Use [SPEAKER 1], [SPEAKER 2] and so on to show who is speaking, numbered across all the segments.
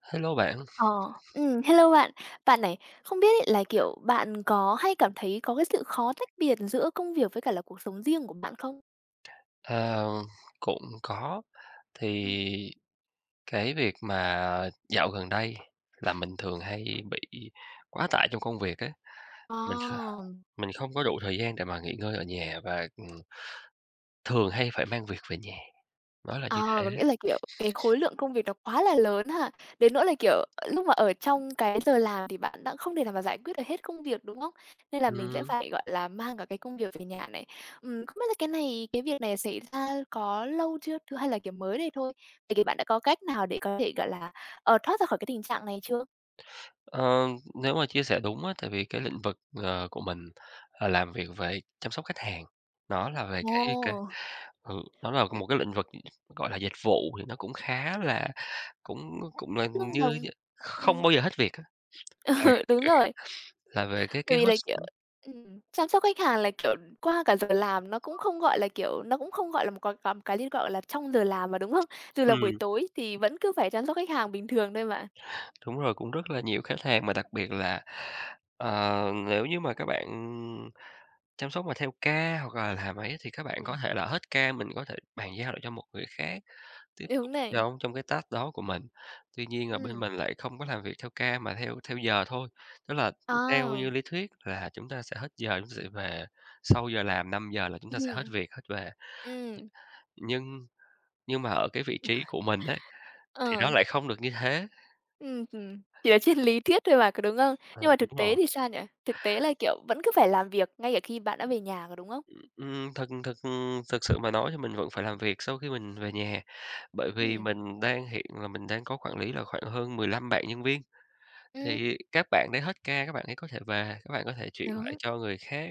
[SPEAKER 1] Hello bạn,
[SPEAKER 2] Ờ, hello bạn. Bạn này, không biết ấy là, kiểu, bạn có hay cảm thấy có cái sự khó tách biệt giữa công việc với cả là cuộc sống riêng của bạn không?
[SPEAKER 1] ờ, cũng có. Thì
[SPEAKER 2] Ừm,
[SPEAKER 1] cái việc mà dạo gần đây là mình thường hay bị quá tải trong công việc ấy, mình kh
[SPEAKER 2] ờ.
[SPEAKER 1] mình không có đủ thời gian để mà nghỉ ngơi ở nhà và, thường hay phải mang việc về nhà, nó là
[SPEAKER 2] À,
[SPEAKER 1] như thế.
[SPEAKER 2] có nghĩa là, kiểu, cái khối lượng công việc nó quá là lớn ha, đến nỗi là, kiểu, ờ, lúc mà ở trong cái giờ làm thì bạn đã không thể nào mà giải quyết được hết công việc, đúng không? Nên là mình sẽ
[SPEAKER 1] Ừm,
[SPEAKER 2] phải, gọi là, mang cả cái công việc về nhà này. Không biết là cái việc này xảy ra có lâu chưa? Thứ hay là, kiểu, mới đây thôi? Vậy thì bạn đã có cách nào để có thể, gọi là, thoát ra khỏi cái tình trạng này chưa?
[SPEAKER 1] ờ, nếu mà chia sẻ đúng á, tại vì cái lĩnh vực, của mình là làm việc về chăm sóc khách hàng, nó là về cái.
[SPEAKER 2] Ồ,
[SPEAKER 1] Ừ, đó là một cái lĩnh vực, gọi là, dịch vụ thì nó cũng khá là cũng cũng là
[SPEAKER 2] tương
[SPEAKER 1] như
[SPEAKER 2] đồng.
[SPEAKER 1] không
[SPEAKER 2] Ừm,
[SPEAKER 1] bao giờ hết việc á. Ừ,
[SPEAKER 2] đúng rồi.
[SPEAKER 1] là về cái
[SPEAKER 2] Tại
[SPEAKER 1] cái
[SPEAKER 2] vì là,
[SPEAKER 1] host.
[SPEAKER 2] kiểu, chăm sóc khách hàng là, kiểu, qua cả giờ làm nó cũng không, gọi là, một cái gì, gọi là, trong giờ làm mà, đúng không? Dù là buổi
[SPEAKER 1] ừm,
[SPEAKER 2] tối thì vẫn cứ phải chăm sóc khách hàng bình thường thôi mà.
[SPEAKER 1] Đúng rồi, cũng rất là nhiều khách hàng mà đặc biệt là, ờ, nếu như mà các bạn chăm sóc mà theo ca hoặc là làm ấy thì các bạn có
[SPEAKER 2] Ừm,
[SPEAKER 1] thể là hết ca mình có thể bàn giao lại cho một người khác. Tiếp tục
[SPEAKER 2] đúng này.
[SPEAKER 1] giống trong cái task đó của mình. Tuy nhiên là bên
[SPEAKER 2] Ừm,
[SPEAKER 1] mình lại không có làm việc theo ca mà theo theo giờ thôi, tức là theo như
[SPEAKER 2] à,
[SPEAKER 1] lý thuyết là chúng ta sẽ hết giờ chúng ta sẽ về, sau giờ làm 5 giờ là chúng ta sẽ hết
[SPEAKER 2] ừm,
[SPEAKER 1] việc, hết về.
[SPEAKER 2] ừm,
[SPEAKER 1] Nhưng nhưng mà ở cái vị trí của mình ấy, thì nó
[SPEAKER 2] ờ,
[SPEAKER 1] lại không được như thế.
[SPEAKER 2] Chỉ là trên lý thuyết thôi mà, có đúng không?
[SPEAKER 1] Ờ,
[SPEAKER 2] Nhưng mà thực
[SPEAKER 1] đúng
[SPEAKER 2] tế
[SPEAKER 1] rồi.
[SPEAKER 2] thì sao nhỉ? Thực tế là, kiểu, vẫn cứ phải làm việc ngay cả khi bạn đã về nhà, có đúng không?
[SPEAKER 1] Thực thực thực sự mà nói thì mình vẫn phải làm việc sau khi mình về nhà, bởi vì
[SPEAKER 2] Ừm,
[SPEAKER 1] mình đang hiện là mình đang có quản lý là khoảng hơn 15 bạn nhân viên.
[SPEAKER 2] ừm,
[SPEAKER 1] Thì các bạn đấy hết ca các bạn ấy có thể về, các bạn có thể chuyển lại
[SPEAKER 2] đúng,
[SPEAKER 1] cho người khác.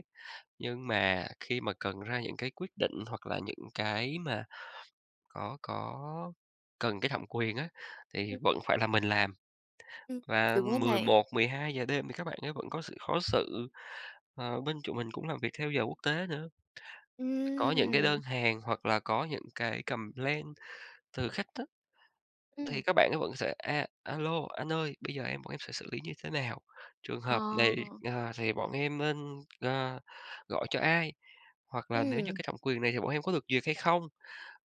[SPEAKER 1] Nhưng mà khi mà cần ra những cái quyết định hoặc là những cái mà có cần cái thẩm quyền á, thì
[SPEAKER 2] ừm,
[SPEAKER 1] vẫn phải là mình làm.
[SPEAKER 2] ừm,
[SPEAKER 1] Và
[SPEAKER 2] đúng rồi này.
[SPEAKER 1] 1100 giờ đêm thì các bạn ấy vẫn có sự khó xử, bên tụi mình cũng làm việc theo giờ quốc tế nữa. Có những cái
[SPEAKER 2] Ừm,
[SPEAKER 1] đơn hàng hoặc là có những cái cầm complaint từ khách á.
[SPEAKER 2] ừm.
[SPEAKER 1] Thì các bạn ấy vẫn sẽ: "A, alo, anh ơi, bây giờ em bọn em sẽ xử lý như thế nào? Trường
[SPEAKER 2] Ờ.
[SPEAKER 1] hợp này, thì bọn em nên, gọi cho ai? Hoặc là nếu như
[SPEAKER 2] Ừm,
[SPEAKER 1] cái thẩm quyền này thì bọn em có được duyệt hay không?"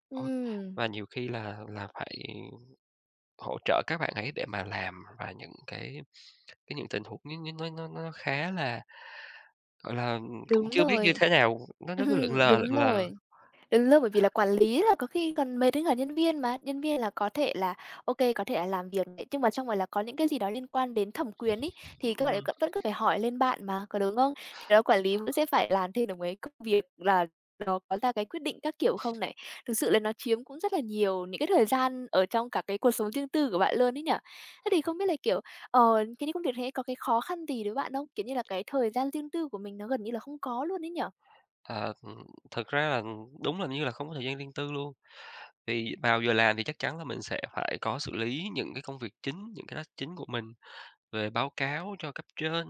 [SPEAKER 1] Ôi,
[SPEAKER 2] ừm,
[SPEAKER 1] và nhiều khi là phải hỗ trợ các bạn ấy để mà làm và những cái những tình huống nó khá là, gọi là, ừ, cũng
[SPEAKER 2] đúng
[SPEAKER 1] chưa biết như
[SPEAKER 2] rồi,
[SPEAKER 1] thế nào, nó cứ lượn
[SPEAKER 2] ừm,
[SPEAKER 1] lờ,
[SPEAKER 2] đúng
[SPEAKER 1] lượn lờ.
[SPEAKER 2] rồi. Đúng rồi, bởi vì là quản lý là có khi còn mệt đến cả nhân viên mà. Nhân viên là có thể là, ok có thể là làm việc này, nhưng mà trong này là có những cái gì đó liên quan đến thẩm quyền ấy, thì các bạn ấy
[SPEAKER 1] Ừm,
[SPEAKER 2] vẫn vẫn cứ phải hỏi lên bạn mà, có đúng không? Thì đó quản lý vẫn sẽ phải làm thêm được mấy công việc là nó có ra cái quyết định các kiểu không này. Thực sự là nó chiếm cũng rất là nhiều những cái thời gian ở trong cả cái cuộc sống riêng tư của bạn luôn ấy nhỉ? Thế thì không biết là, kiểu, cái những công việc thế có cái khó khăn gì đối với bạn không? Kiểu như là, cái thời gian riêng tư của mình nó gần như là không có luôn ấy nhỉ?
[SPEAKER 1] ờ, thực ra là ừ, đúng là như là không có thời gian riêng tư luôn. Thì vào giờ làm thì chắc chắn là mình sẽ phải có xử lý những cái công việc chính, những cái task chính của mình, về báo cáo cho cấp trên,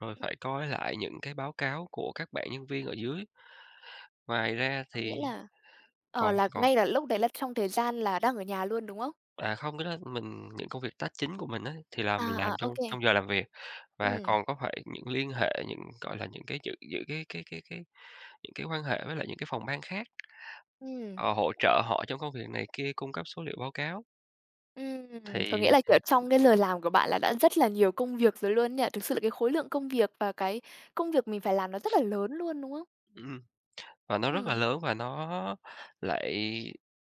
[SPEAKER 1] rồi phải coi lại những cái báo cáo của các bạn nhân viên ở dưới. Ngoài ra
[SPEAKER 2] Có nghĩa
[SPEAKER 1] thì
[SPEAKER 2] là
[SPEAKER 1] còn còn
[SPEAKER 2] ngay là lúc đấy là trong thời gian là đang ở nhà luôn, đúng không?
[SPEAKER 1] à, không, cái đó mình những công việc task chính của mình á, thì là
[SPEAKER 2] À,
[SPEAKER 1] mình
[SPEAKER 2] à,
[SPEAKER 1] làm
[SPEAKER 2] ô
[SPEAKER 1] trong
[SPEAKER 2] kê.
[SPEAKER 1] trong giờ làm việc và
[SPEAKER 2] Ừm,
[SPEAKER 1] còn có phải những liên hệ, những, gọi là, những cái giữ giữ cái những cái quan hệ với lại những cái phòng ban khác,
[SPEAKER 2] ừm,
[SPEAKER 1] ờ, hỗ trợ họ trong công việc này kia, cung cấp số liệu báo cáo
[SPEAKER 2] có nghĩa
[SPEAKER 1] thì
[SPEAKER 2] là, kiểu, trong cái lời làm của bạn là đã rất là nhiều công việc rồi luôn ấy nhỉ? Thực sự là cái khối lượng công việc và cái công việc mình phải làm nó rất là lớn luôn, đúng không?
[SPEAKER 1] ừm. Và nó rất là
[SPEAKER 2] Ừm,
[SPEAKER 1] lớn và nó lại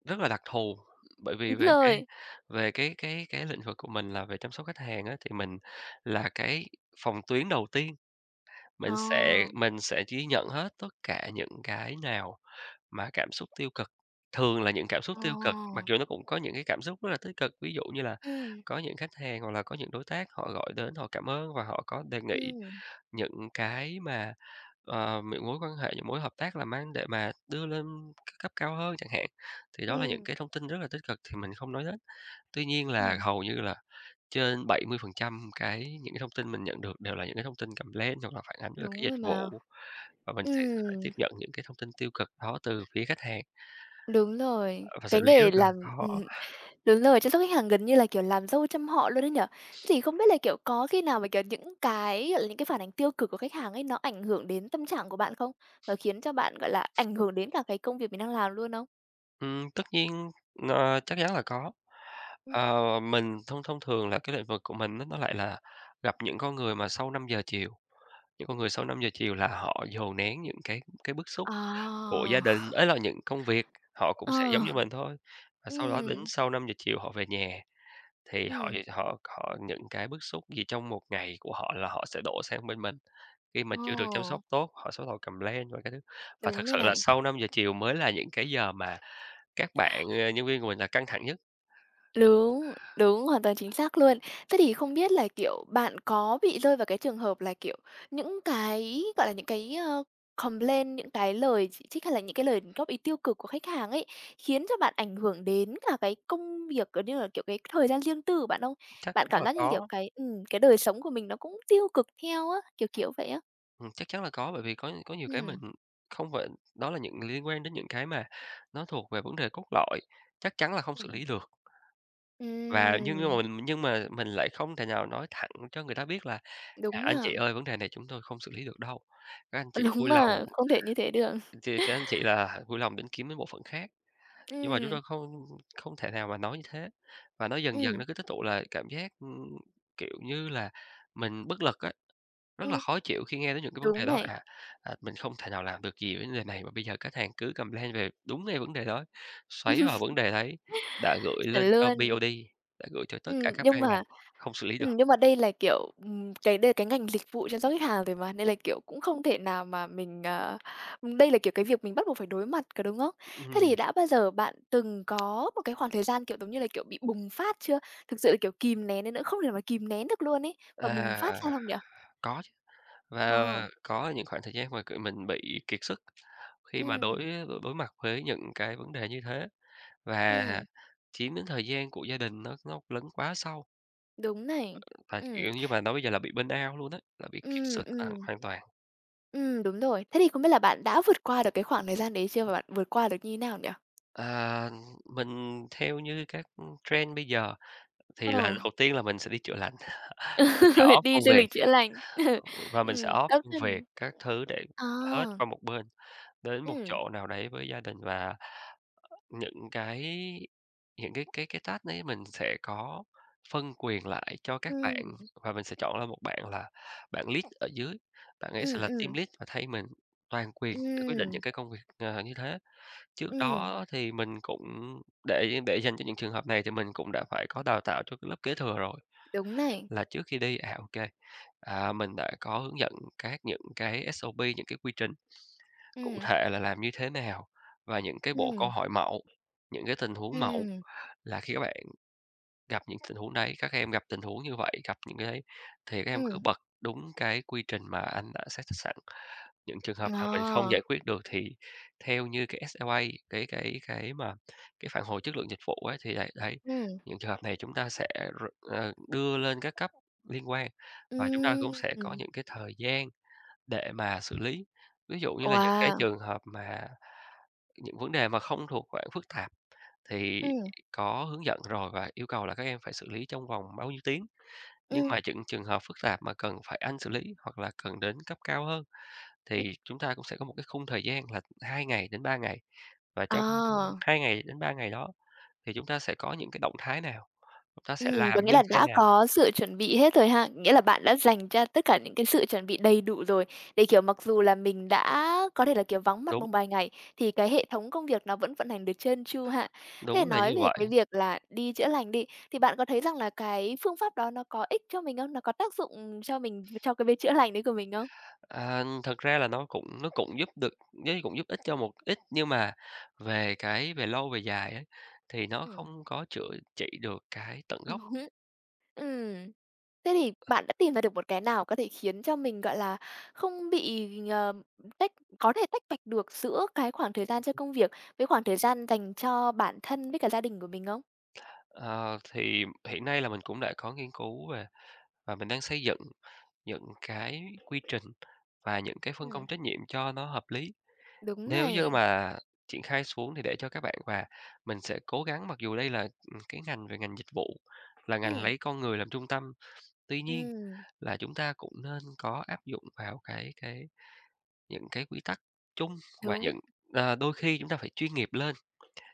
[SPEAKER 1] rất là đặc thù, bởi vì
[SPEAKER 2] đúng
[SPEAKER 1] về cái
[SPEAKER 2] rồi.
[SPEAKER 1] về cái cái cái lĩnh vực của mình là về chăm sóc khách hàng á, thì mình là cái phòng tuyến đầu tiên,
[SPEAKER 2] Ờ,
[SPEAKER 1] mình sẽ ghi nhận hết tất cả những cái nào mà cảm xúc tiêu cực. Thường là những cảm xúc tiêu cực, mặc
[SPEAKER 2] ờ,
[SPEAKER 1] dù nó cũng có những cái cảm xúc rất là tích cực, ví dụ như là
[SPEAKER 2] ừm,
[SPEAKER 1] có những khách hàng hoặc là có những đối tác họ gọi đến họ cảm ơn và họ có đề nghị
[SPEAKER 2] ừm,
[SPEAKER 1] những cái mà, những mối quan hệ, những mối hợp tác làm ăn để mà đưa lên cấp cao hơn chẳng hạn, thì đó là những
[SPEAKER 2] ừm,
[SPEAKER 1] cái thông tin rất là tích cực thì mình không nói đến. Tuy nhiên là
[SPEAKER 2] ừm,
[SPEAKER 1] hầu như là trên 70% cái những cái thông tin mình nhận được đều là những cái thông tin complain hoặc là phản ánh về cái
[SPEAKER 2] đúng
[SPEAKER 1] dịch
[SPEAKER 2] rồi mà.
[SPEAKER 1] vụ và mình sẽ phải tiếp
[SPEAKER 2] Ừm,
[SPEAKER 1] nhận những cái thông tin tiêu cực đó từ phía khách hàng,
[SPEAKER 2] đúng rồi,
[SPEAKER 1] ờ, và xử
[SPEAKER 2] cái
[SPEAKER 1] lý
[SPEAKER 2] nghề
[SPEAKER 1] rất là
[SPEAKER 2] làm
[SPEAKER 1] khó.
[SPEAKER 2] ừm. Đúng rồi, chăm sóc khách hàng gần như là, kiểu, làm dâu trăm họ luôn đấy nhở? Thế thì không biết là, kiểu, có khi nào mà, kiểu, những cái, gọi là, những cái phản ánh tiêu cực của khách hàng ấy nó ảnh hưởng đến tâm trạng của bạn không? Và khiến cho bạn, gọi là, ảnh hưởng đến cả cái công việc mình đang làm luôn không?
[SPEAKER 1] Tất nhiên, chắc chắn là có.
[SPEAKER 2] Ừm.
[SPEAKER 1] Ờ, mình thông thông thường là cái lĩnh vực của mình á, nó lại là gặp những con người mà sau 5 giờ chiều. Những con người sau 5 giờ chiều là họ dồn nén những cái bức xúc của gia
[SPEAKER 2] À!
[SPEAKER 1] đình, ấy là những công việc, họ cũng
[SPEAKER 2] Ờ,
[SPEAKER 1] sẽ giống như mình thôi. Và sau đó đến
[SPEAKER 2] ừm,
[SPEAKER 1] sau 5 giờ chiều họ về nhà thì họ
[SPEAKER 2] ừm,
[SPEAKER 1] họ họ những cái bức xúc gì trong một ngày của họ là họ sẽ đổ sang bên mình. Khi mà chưa được chăm
[SPEAKER 2] ờ,
[SPEAKER 1] sóc tốt, họ sẽ bắt đầu cầm lên và các thứ. Và thật
[SPEAKER 2] đúng rồi
[SPEAKER 1] sự là
[SPEAKER 2] này.
[SPEAKER 1] sau 5 giờ chiều mới là những cái giờ mà các bạn, nhân viên của mình là căng thẳng nhất,
[SPEAKER 2] Đúng, đúng, hoàn toàn chính xác luôn. Thế thì không biết là, kiểu, bạn có bị rơi vào cái trường hợp là, kiểu, những cái, gọi là, những cái, complaint, những cái lời chỉ trích hay là những cái lời góp ý tiêu cực của khách hàng ấy, khiến cho bạn ảnh hưởng đến cả cái công việc, cũng như là, kiểu, cái thời gian riêng tư của bạn không?
[SPEAKER 1] chắc
[SPEAKER 2] Bạn
[SPEAKER 1] chắn
[SPEAKER 2] cảm
[SPEAKER 1] là
[SPEAKER 2] giác như là, kiểu,
[SPEAKER 1] có.
[SPEAKER 2] cái đời sống của mình nó cũng tiêu cực theo á, kiểu, kiểu vậy á.
[SPEAKER 1] Chắc chắn là có, bởi vì có nhiều cái mình
[SPEAKER 2] Ừm,
[SPEAKER 1] không phải đó là những liên quan đến những cái mà nó thuộc về vấn đề cốt lõi, chắc chắn là không xử
[SPEAKER 2] ừm.
[SPEAKER 1] lý được. Và nhưng mà
[SPEAKER 2] Ừm,
[SPEAKER 1] mình nhưng mà mình lại không thể nào nói thẳng cho người ta biết là "À,
[SPEAKER 2] đúng
[SPEAKER 1] anh
[SPEAKER 2] mà,
[SPEAKER 1] chị ơi, vấn đề này chúng tôi không xử lý được đâu. Các anh chị
[SPEAKER 2] đúng
[SPEAKER 1] vui lòng
[SPEAKER 2] mà, không thể như thế được.
[SPEAKER 1] thì các anh chị là vui lòng đến kiếm đến bộ phận khác." Nhưng mà chúng
[SPEAKER 2] Ừm,
[SPEAKER 1] tôi không không thể nào mà nói như thế, và nó dần dần
[SPEAKER 2] ừm,
[SPEAKER 1] nó cứ tích tụ là cảm giác, kiểu như là, mình bất lực á. Rất là
[SPEAKER 2] ừm,
[SPEAKER 1] khó chịu khi nghe tới những cái vấn đề
[SPEAKER 2] đúng
[SPEAKER 1] đó,
[SPEAKER 2] này.
[SPEAKER 1] à, mình không thể nào làm được gì với vấn đề này mà bây giờ khách hàng cứ complain về đúng ngay vấn đề đó, xoáy vào vấn đề đấy, đã gửi
[SPEAKER 2] Chuẩn
[SPEAKER 1] lên cho
[SPEAKER 2] luôn.
[SPEAKER 1] BOD, đã gửi cho tất cả
[SPEAKER 2] Ừm,
[SPEAKER 1] các
[SPEAKER 2] nhưng
[SPEAKER 1] ban ngành,
[SPEAKER 2] mà
[SPEAKER 1] không xử lý được.
[SPEAKER 2] nhưng mà đây là, kiểu, cái đây là cái ngành dịch vụ chăm sóc khách hàng rồi mà, nên là, kiểu, cũng không thể nào mà mình, đây là, kiểu, cái việc mình bắt buộc phải đối mặt, cả đúng không? Thế thì
[SPEAKER 1] Ừm,
[SPEAKER 2] đã bao giờ bạn từng có một cái khoảng thời gian, kiểu, giống như là, kiểu, bị bùng phát chưa? Thực sự là, kiểu, kìm nén đến nỗi không thể nào mà kìm nén được luôn ấy, và bùng phát ra
[SPEAKER 1] à,
[SPEAKER 2] không nhỉ?
[SPEAKER 1] có chứ,
[SPEAKER 2] Ờ,
[SPEAKER 1] và có những khoảng thời gian mà, kiểu, mình bị kiệt sức khi mà
[SPEAKER 2] ừm,
[SPEAKER 1] đối đối mặt với những cái vấn đề như thế và
[SPEAKER 2] ừm,
[SPEAKER 1] chiếm đến thời gian của gia đình nó lấn quá sâu,
[SPEAKER 2] đúng này.
[SPEAKER 1] và,
[SPEAKER 2] Ừm,
[SPEAKER 1] kiểu như mà nói bây giờ là bị burnout luôn á, là bị kiệt
[SPEAKER 2] ừm,
[SPEAKER 1] sức, à,
[SPEAKER 2] ừm,
[SPEAKER 1] hoàn toàn.
[SPEAKER 2] đúng rồi. Thế thì không biết là bạn đã vượt qua được cái khoảng thời gian đấy chưa và bạn vượt qua được như thế nào nhỉ?
[SPEAKER 1] À, mình theo như các trend bây giờ thì là
[SPEAKER 2] Ờ.
[SPEAKER 1] đầu tiên là mình sẽ đi chữa lành, mình sẽ off
[SPEAKER 2] Đi
[SPEAKER 1] công
[SPEAKER 2] du
[SPEAKER 1] việc
[SPEAKER 2] lịch chữa lành. Ừ,
[SPEAKER 1] và mình sẽ off
[SPEAKER 2] tốt
[SPEAKER 1] công việc
[SPEAKER 2] hơn.
[SPEAKER 1] các thứ để
[SPEAKER 2] Ờ,
[SPEAKER 1] hết qua một bên, đến một
[SPEAKER 2] ừ,
[SPEAKER 1] chỗ nào đấy với gia đình và những cái những cái task đấy mình sẽ có phân quyền lại cho các bạn
[SPEAKER 2] ừ,
[SPEAKER 1] và mình sẽ chọn ra một bạn là bạn lead ở dưới, bạn ấy sẽ
[SPEAKER 2] ừ,
[SPEAKER 1] là team
[SPEAKER 2] ừ,
[SPEAKER 1] lead và thay mình toàn quyền để quyết định
[SPEAKER 2] ừ,
[SPEAKER 1] những cái công việc, như thế. Trước đó thì mình cũng để dành cho những trường hợp này thì mình cũng đã phải có đào tạo cho cái lớp kế thừa rồi,
[SPEAKER 2] đúng này.
[SPEAKER 1] là trước khi đi, à, ok, à, mình đã có hướng dẫn các những cái SOP, những cái quy trình cụ
[SPEAKER 2] Ừ,
[SPEAKER 1] thể là làm như thế nào và những cái bộ
[SPEAKER 2] ừ,
[SPEAKER 1] câu hỏi mẫu, những cái tình huống mẫu
[SPEAKER 2] ừ,
[SPEAKER 1] là khi các bạn gặp những tình huống đấy, các em gặp tình huống như vậy, gặp những cái đấy thì các em cứ
[SPEAKER 2] ừm,
[SPEAKER 1] bật đúng cái quy trình mà anh đã set sẵn. Những trường hợp nào mình không
[SPEAKER 2] ờ,
[SPEAKER 1] giải quyết được thì theo như cái SLA, cái cái cái mà cái phản hồi chất lượng dịch vụ ấy, thì đấy, đấy,
[SPEAKER 2] ừ,
[SPEAKER 1] những trường hợp này chúng ta sẽ đưa lên các cấp liên quan
[SPEAKER 2] ừ,
[SPEAKER 1] và chúng ta cũng sẽ có những cái thời gian để mà xử lý. Ví dụ như là những cái
[SPEAKER 2] wow,
[SPEAKER 1] trường hợp mà những vấn đề mà không thuộc khoảng phức tạp thì
[SPEAKER 2] ừ,
[SPEAKER 1] có hướng dẫn rồi, và yêu cầu là các em phải xử lý trong vòng bao nhiêu tiếng. Nhưng
[SPEAKER 2] ừ,
[SPEAKER 1] mà những trường hợp phức tạp mà cần phải anh xử lý hoặc là cần đến cấp cao hơn
[SPEAKER 2] ừm,
[SPEAKER 1] thì chúng ta cũng sẽ có một cái khung thời gian là 2 ngày đến 3 ngày, và
[SPEAKER 2] ờ.
[SPEAKER 1] trong 2 ngày đến 3 ngày đó thì chúng ta sẽ có những cái động thái nào, chúng ta sẽ
[SPEAKER 2] Có
[SPEAKER 1] làm
[SPEAKER 2] nghĩa
[SPEAKER 1] như
[SPEAKER 2] là
[SPEAKER 1] thế
[SPEAKER 2] đã
[SPEAKER 1] nào.
[SPEAKER 2] có sự chuẩn bị hết rồi ha? Nghĩa là bạn đã dành ra tất cả những cái sự chuẩn bị đầy đủ rồi, để, kiểu, mặc dù là mình đã có thể là, kiểu, vắng mặt
[SPEAKER 1] Đúng,
[SPEAKER 2] một vài ngày, thì cái hệ thống công việc nó vẫn vận hành được trơn tru ha. Thế thì
[SPEAKER 1] đúng là
[SPEAKER 2] nói
[SPEAKER 1] như
[SPEAKER 2] về
[SPEAKER 1] vậy.
[SPEAKER 2] cái việc là đi chữa lành đi, thì bạn có thấy rằng là cái phương pháp đó nó có ích cho mình không? Nó có tác dụng cho mình cho cái việc chữa lành đấy của mình không?
[SPEAKER 1] À, thật ra là nó cũng giúp ích cho một ít, nhưng mà về lâu về dài ấy, thì nó không có chữa trị được cái tận gốc.
[SPEAKER 2] Ừm. Ừm. Thế thì bạn đã tìm ra được một cái nào có thể khiến cho mình, gọi là, không bị, ờ, tách có thể tách bạch được giữa cái khoảng thời gian cho công việc với khoảng thời gian dành cho bản thân với cả gia đình của mình không?
[SPEAKER 1] Ờ, thì hiện nay là mình cũng đã có nghiên cứu và mình đang xây dựng những cái quy trình và những cái phân
[SPEAKER 2] Ừm,
[SPEAKER 1] công trách nhiệm cho nó hợp lý.
[SPEAKER 2] đúng
[SPEAKER 1] Nếu như
[SPEAKER 2] này.
[SPEAKER 1] mà triển khai xuống thì để cho các bạn và mình sẽ cố gắng, mặc dù đây là, cái ngành dịch vụ, là ngành
[SPEAKER 2] Ừm,
[SPEAKER 1] lấy con người làm trung tâm. Tuy nhiên
[SPEAKER 2] ừm,
[SPEAKER 1] là chúng ta cũng nên có áp dụng vào cái những cái quy tắc chung, và
[SPEAKER 2] đúng,
[SPEAKER 1] đôi khi chúng ta phải chuyên nghiệp lên.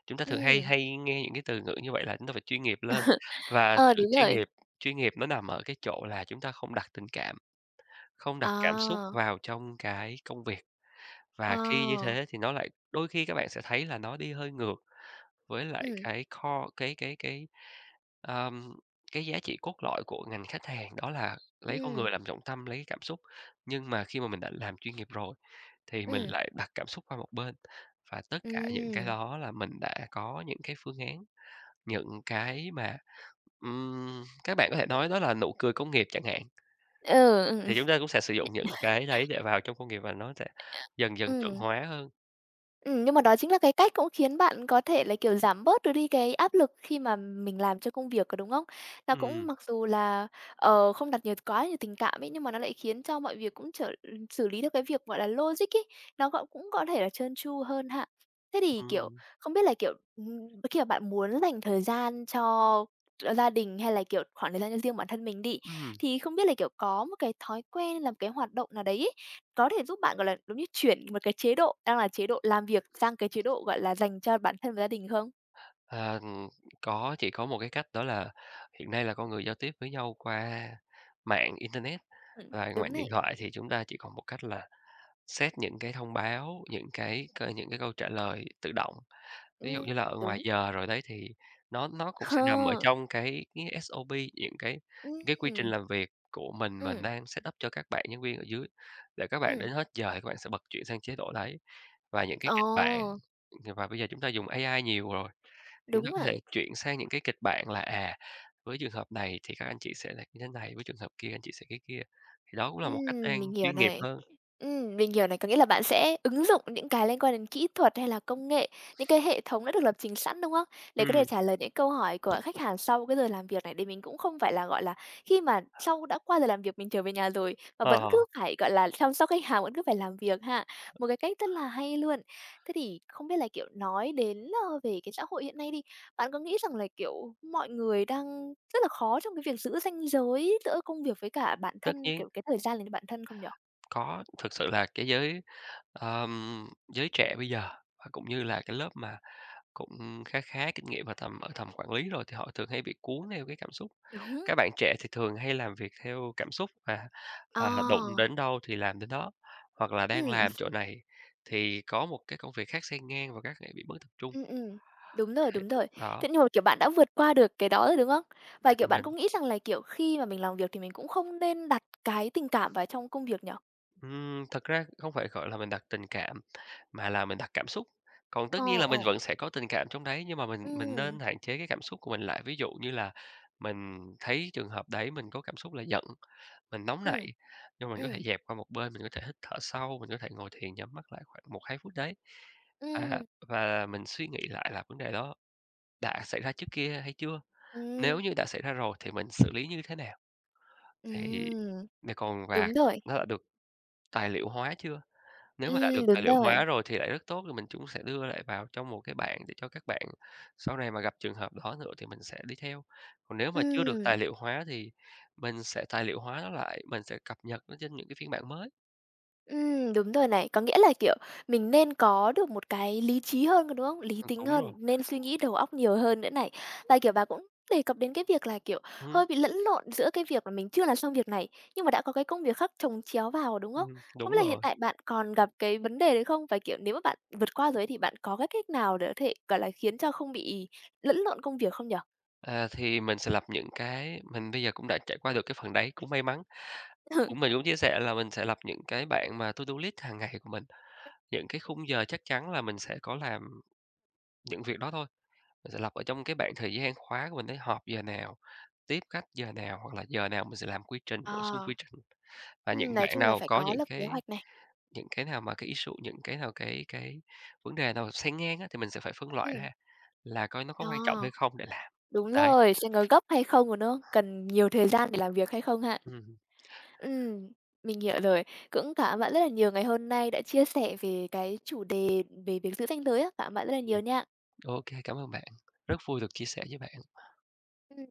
[SPEAKER 1] Chúng ta thường hay
[SPEAKER 2] ừm,
[SPEAKER 1] hay nghe những cái từ ngữ như vậy, là chúng ta phải chuyên nghiệp lên, và
[SPEAKER 2] ờ,
[SPEAKER 1] sự
[SPEAKER 2] đúng
[SPEAKER 1] chuyên
[SPEAKER 2] rồi.
[SPEAKER 1] nghiệp chuyên nghiệp nó nằm ở cái chỗ là chúng ta không đặt tình cảm, không đặt cảm xúc
[SPEAKER 2] À,
[SPEAKER 1] vào trong cái công việc. Và
[SPEAKER 2] ờ,
[SPEAKER 1] khi như thế thì nó lại đôi khi các bạn sẽ thấy là nó đi hơi ngược với lại
[SPEAKER 2] ừm,
[SPEAKER 1] cái core ờm, cái giá trị cốt lõi của ngành khách hàng, đó là lấy con
[SPEAKER 2] ừm,
[SPEAKER 1] người làm trọng tâm, lấy cảm xúc. Nhưng mà khi mà mình đã làm chuyên nghiệp rồi thì mình
[SPEAKER 2] ừm,
[SPEAKER 1] lại đặt cảm xúc qua một bên, và tất cả những cái
[SPEAKER 2] ừm.
[SPEAKER 1] đó là mình đã có những cái phương án, những cái mà, các bạn có thể nói đó là nụ cười công nghiệp chẳng hạn,
[SPEAKER 2] Ừ.
[SPEAKER 1] thì chúng ta cũng sẽ sử dụng những cái đấy để vào trong công nghiệp, và nó sẽ dần dần chuẩn
[SPEAKER 2] Ừm.
[SPEAKER 1] hóa hơn.
[SPEAKER 2] Nhưng mà đó chính là cái cách cũng khiến bạn có thể là, kiểu, giảm bớt được đi cái áp lực khi mà mình làm cho công việc, có đúng không? Nó cũng mặc dù là, không đặt quá nhiều tình cảm ấy, nhưng mà nó lại khiến cho mọi việc cũng xử lý được cái việc, gọi là, logic ấy, nó gọi cũng có thể là trơn tru hơn hạ. Thế thì,
[SPEAKER 1] Ừm,
[SPEAKER 2] kiểu,
[SPEAKER 1] ừm.
[SPEAKER 2] không biết là, kiểu, khi mà bạn muốn dành thời gian cho gia đình hay là, kiểu, khoảng thời gian cho riêng bản thân mình đi,
[SPEAKER 1] Ừm.
[SPEAKER 2] thì không biết là, kiểu, có một cái thói quen làm cái hoạt động nào đấy ấy, có thể giúp bạn, gọi là, giống như chuyển một cái chế độ đang là chế độ làm việc sang cái chế độ, gọi là, dành cho bản thân và gia đình không?
[SPEAKER 1] À, có, chỉ có một cái cách đó là hiện nay là con người giao tiếp với nhau qua mạng internet và
[SPEAKER 2] Đúng
[SPEAKER 1] mạng điện
[SPEAKER 2] này.
[SPEAKER 1] thoại, thì chúng ta chỉ còn một cách là set những cái thông báo, những cái câu trả lời tự động. Ví dụ
[SPEAKER 2] Ừm,
[SPEAKER 1] như là ở ngoài
[SPEAKER 2] đúng.
[SPEAKER 1] giờ rồi đấy, thì nó cũng sẽ nằm ở
[SPEAKER 2] Ờ,
[SPEAKER 1] trong cái SOP, những cái quy trình
[SPEAKER 2] ừm,
[SPEAKER 1] làm việc của mình
[SPEAKER 2] ừm,
[SPEAKER 1] đang set up cho các bạn nhân viên ở dưới, để các bạn
[SPEAKER 2] ừm.
[SPEAKER 1] đến hết giờ thì các bạn sẽ bật chuyển sang chế độ đấy. Và những cái
[SPEAKER 2] Ồ,
[SPEAKER 1] kịch bản, và bây giờ chúng ta dùng AI nhiều rồi. Thì chúng ta
[SPEAKER 2] đúng
[SPEAKER 1] có
[SPEAKER 2] rồi.
[SPEAKER 1] thể chuyển sang những cái kịch bản là, à, với trường hợp này thì các anh chị sẽ là như thế này, với trường hợp kia anh chị sẽ cái kia, thì đó cũng là một cách đang
[SPEAKER 2] Mình hiểu
[SPEAKER 1] chuyên nghiệp
[SPEAKER 2] này.
[SPEAKER 1] hơn.
[SPEAKER 2] Mình hiểu này, có nghĩa là bạn sẽ ứng dụng những cái liên quan đến kỹ thuật hay là công nghệ, những cái hệ thống đã được lập trình sẵn, đúng không? Để có thể
[SPEAKER 1] Ừm,
[SPEAKER 2] trả lời những câu hỏi của khách hàng sau cái giờ làm việc này, để mình cũng không phải là, gọi là, khi mà sau đã qua giờ làm việc mình trở về nhà rồi mà
[SPEAKER 1] ờ,
[SPEAKER 2] vẫn cứ
[SPEAKER 1] ờ,
[SPEAKER 2] phải, gọi là, chăm sóc khách hàng, vẫn cứ phải làm việc ha. Một cái cách rất là hay luôn. Thế thì không biết là, kiểu, nói đến, về cái xã hội hiện nay đi, bạn có nghĩ rằng là, kiểu, mọi người đang rất là khó trong cái việc giữ ranh giới giữa công việc với cả bản
[SPEAKER 1] tất
[SPEAKER 2] thân,
[SPEAKER 1] nhiên
[SPEAKER 2] kiểu, cái thời gian dành cho bản thân không nhỉ?
[SPEAKER 1] có. Thực sự là cái ờm, giới trẻ bây giờ và cũng như là cái lớp mà cũng khá khá kinh nghiệm ở tầm quản lý rồi thì họ thường hay bị cuốn theo cái cảm xúc.
[SPEAKER 2] Đúng.
[SPEAKER 1] Các bạn trẻ thì thường hay làm việc theo cảm xúc, và,
[SPEAKER 2] Ờ.
[SPEAKER 1] à, đụng đến đâu thì làm đến đó, hoặc là đang
[SPEAKER 2] Ừm,
[SPEAKER 1] làm chỗ này thì có một cái công việc khác xen ngang và các bạn bị mất tập trung.
[SPEAKER 2] ừm. Đúng rồi, đúng rồi. Thế
[SPEAKER 1] Đó,
[SPEAKER 2] nhưng mà, kiểu, bạn đã vượt qua được cái đó rồi, đúng không? Và,
[SPEAKER 1] thì
[SPEAKER 2] kiểu, bạn
[SPEAKER 1] mình,
[SPEAKER 2] có nghĩ rằng là, kiểu, khi mà mình làm việc thì mình cũng không nên đặt cái tình cảm vào trong công việc nhỉ?
[SPEAKER 1] thật ra không phải, gọi là, mình đặt tình cảm, mà là mình đặt cảm xúc. Còn tất nhiên
[SPEAKER 2] Ờ,
[SPEAKER 1] là mình
[SPEAKER 2] ờ.
[SPEAKER 1] vẫn sẽ có tình cảm trong đấy, nhưng mà mình
[SPEAKER 2] Ừm,
[SPEAKER 1] nên hạn chế cái cảm xúc của mình lại. Ví dụ như là mình thấy trường hợp đấy mình có cảm xúc là giận. Mình nóng nảy,
[SPEAKER 2] ừm,
[SPEAKER 1] nhưng mình có thể
[SPEAKER 2] ừm,
[SPEAKER 1] dẹp qua một bên, mình có thể hít thở sâu, mình có thể ngồi thiền nhắm mắt lại khoảng 1-2 phút đấy. À,
[SPEAKER 2] ừm,
[SPEAKER 1] và mình suy nghĩ lại là vấn đề đó đã xảy ra trước kia hay chưa?
[SPEAKER 2] ừm,
[SPEAKER 1] Nếu như đã xảy ra rồi thì mình xử lý như thế nào? Thì
[SPEAKER 2] ừm.
[SPEAKER 1] mà còn và
[SPEAKER 2] Đúng rồi.
[SPEAKER 1] nó đã được tài liệu hóa chưa? Nếu mà đã được tài
[SPEAKER 2] Đúng
[SPEAKER 1] liệu
[SPEAKER 2] rồi.
[SPEAKER 1] hóa rồi thì lại rất tốt, thì mình cũng sẽ đưa lại vào trong một cái bảng để cho các bạn sau này mà gặp trường hợp đó nữa thì mình sẽ đi theo. Còn nếu mà chưa được
[SPEAKER 2] Ừm.
[SPEAKER 1] tài liệu hóa thì mình sẽ tài liệu hóa nó lại, mình sẽ cập nhật nó trên những cái phiên bản mới.
[SPEAKER 2] Đúng rồi này. Có nghĩa là, kiểu, mình nên có được một cái lý trí hơn, đúng không? Lý tính
[SPEAKER 1] Đúng rồi.
[SPEAKER 2] hơn, nên suy nghĩ đầu óc nhiều hơn nữa này. Và, kiểu, bà cũng đề cập đến cái việc là, kiểu,
[SPEAKER 1] Ừm,
[SPEAKER 2] hơi bị lẫn lộn giữa cái việc là mình chưa làm xong việc này, nhưng mà đã có cái công việc khác chồng chéo vào, đúng không? Không biết
[SPEAKER 1] đúng
[SPEAKER 2] là hiện
[SPEAKER 1] rồi.
[SPEAKER 2] tại bạn còn gặp cái vấn đề đấy không? Và, kiểu, nếu mà bạn vượt qua rồi ấy thì bạn có cái cách nào để có thể, gọi là, khiến cho không bị lẫn lộn công việc không nhở.
[SPEAKER 1] À, thì mình sẽ lập những cái mình bây giờ cũng đã trải qua được cái phần đấy, cũng may mắn. Mình cũng chia sẻ là mình sẽ lập những cái bảng mà to do list hàng ngày của mình, những cái khung giờ chắc chắn là mình sẽ có làm những việc đó thôi. Mình sẽ lập ở trong cái bảng thời gian khóa của mình đấy, họp giờ nào, tiếp khách giờ nào, hoặc là giờ nào mình sẽ làm quy trình, bổ sung
[SPEAKER 2] Ờ.
[SPEAKER 1] quy trình. Và những
[SPEAKER 2] Nói
[SPEAKER 1] bạn
[SPEAKER 2] chung là
[SPEAKER 1] nào
[SPEAKER 2] phải
[SPEAKER 1] có
[SPEAKER 2] có
[SPEAKER 1] những
[SPEAKER 2] lập kế
[SPEAKER 1] cái
[SPEAKER 2] hoạch này.
[SPEAKER 1] những cái nào mà cái issue, những cái nào cái vấn đề nào xen ngang á, thì mình sẽ phải phân loại
[SPEAKER 2] Ừm.
[SPEAKER 1] ra là coi nó có quan trọng
[SPEAKER 2] Ờ.
[SPEAKER 1] hay không để làm.
[SPEAKER 2] Đúng
[SPEAKER 1] Đấy.
[SPEAKER 2] rồi, xem có gấp hay không, còn nó cần nhiều thời gian để làm việc hay không ha?
[SPEAKER 1] Ừm,
[SPEAKER 2] Ừm, mình hiểu rồi. Cũng cảm ơn bạn rất là nhiều ngày hôm nay đã chia sẻ về cái chủ đề về việc giữ ranh giới á. Cảm ơn bạn rất là nhiều
[SPEAKER 1] ừm,
[SPEAKER 2] nha.
[SPEAKER 1] ô kê, cảm ơn bạn. Rất vui được chia sẻ với bạn.
[SPEAKER 2] Ừm.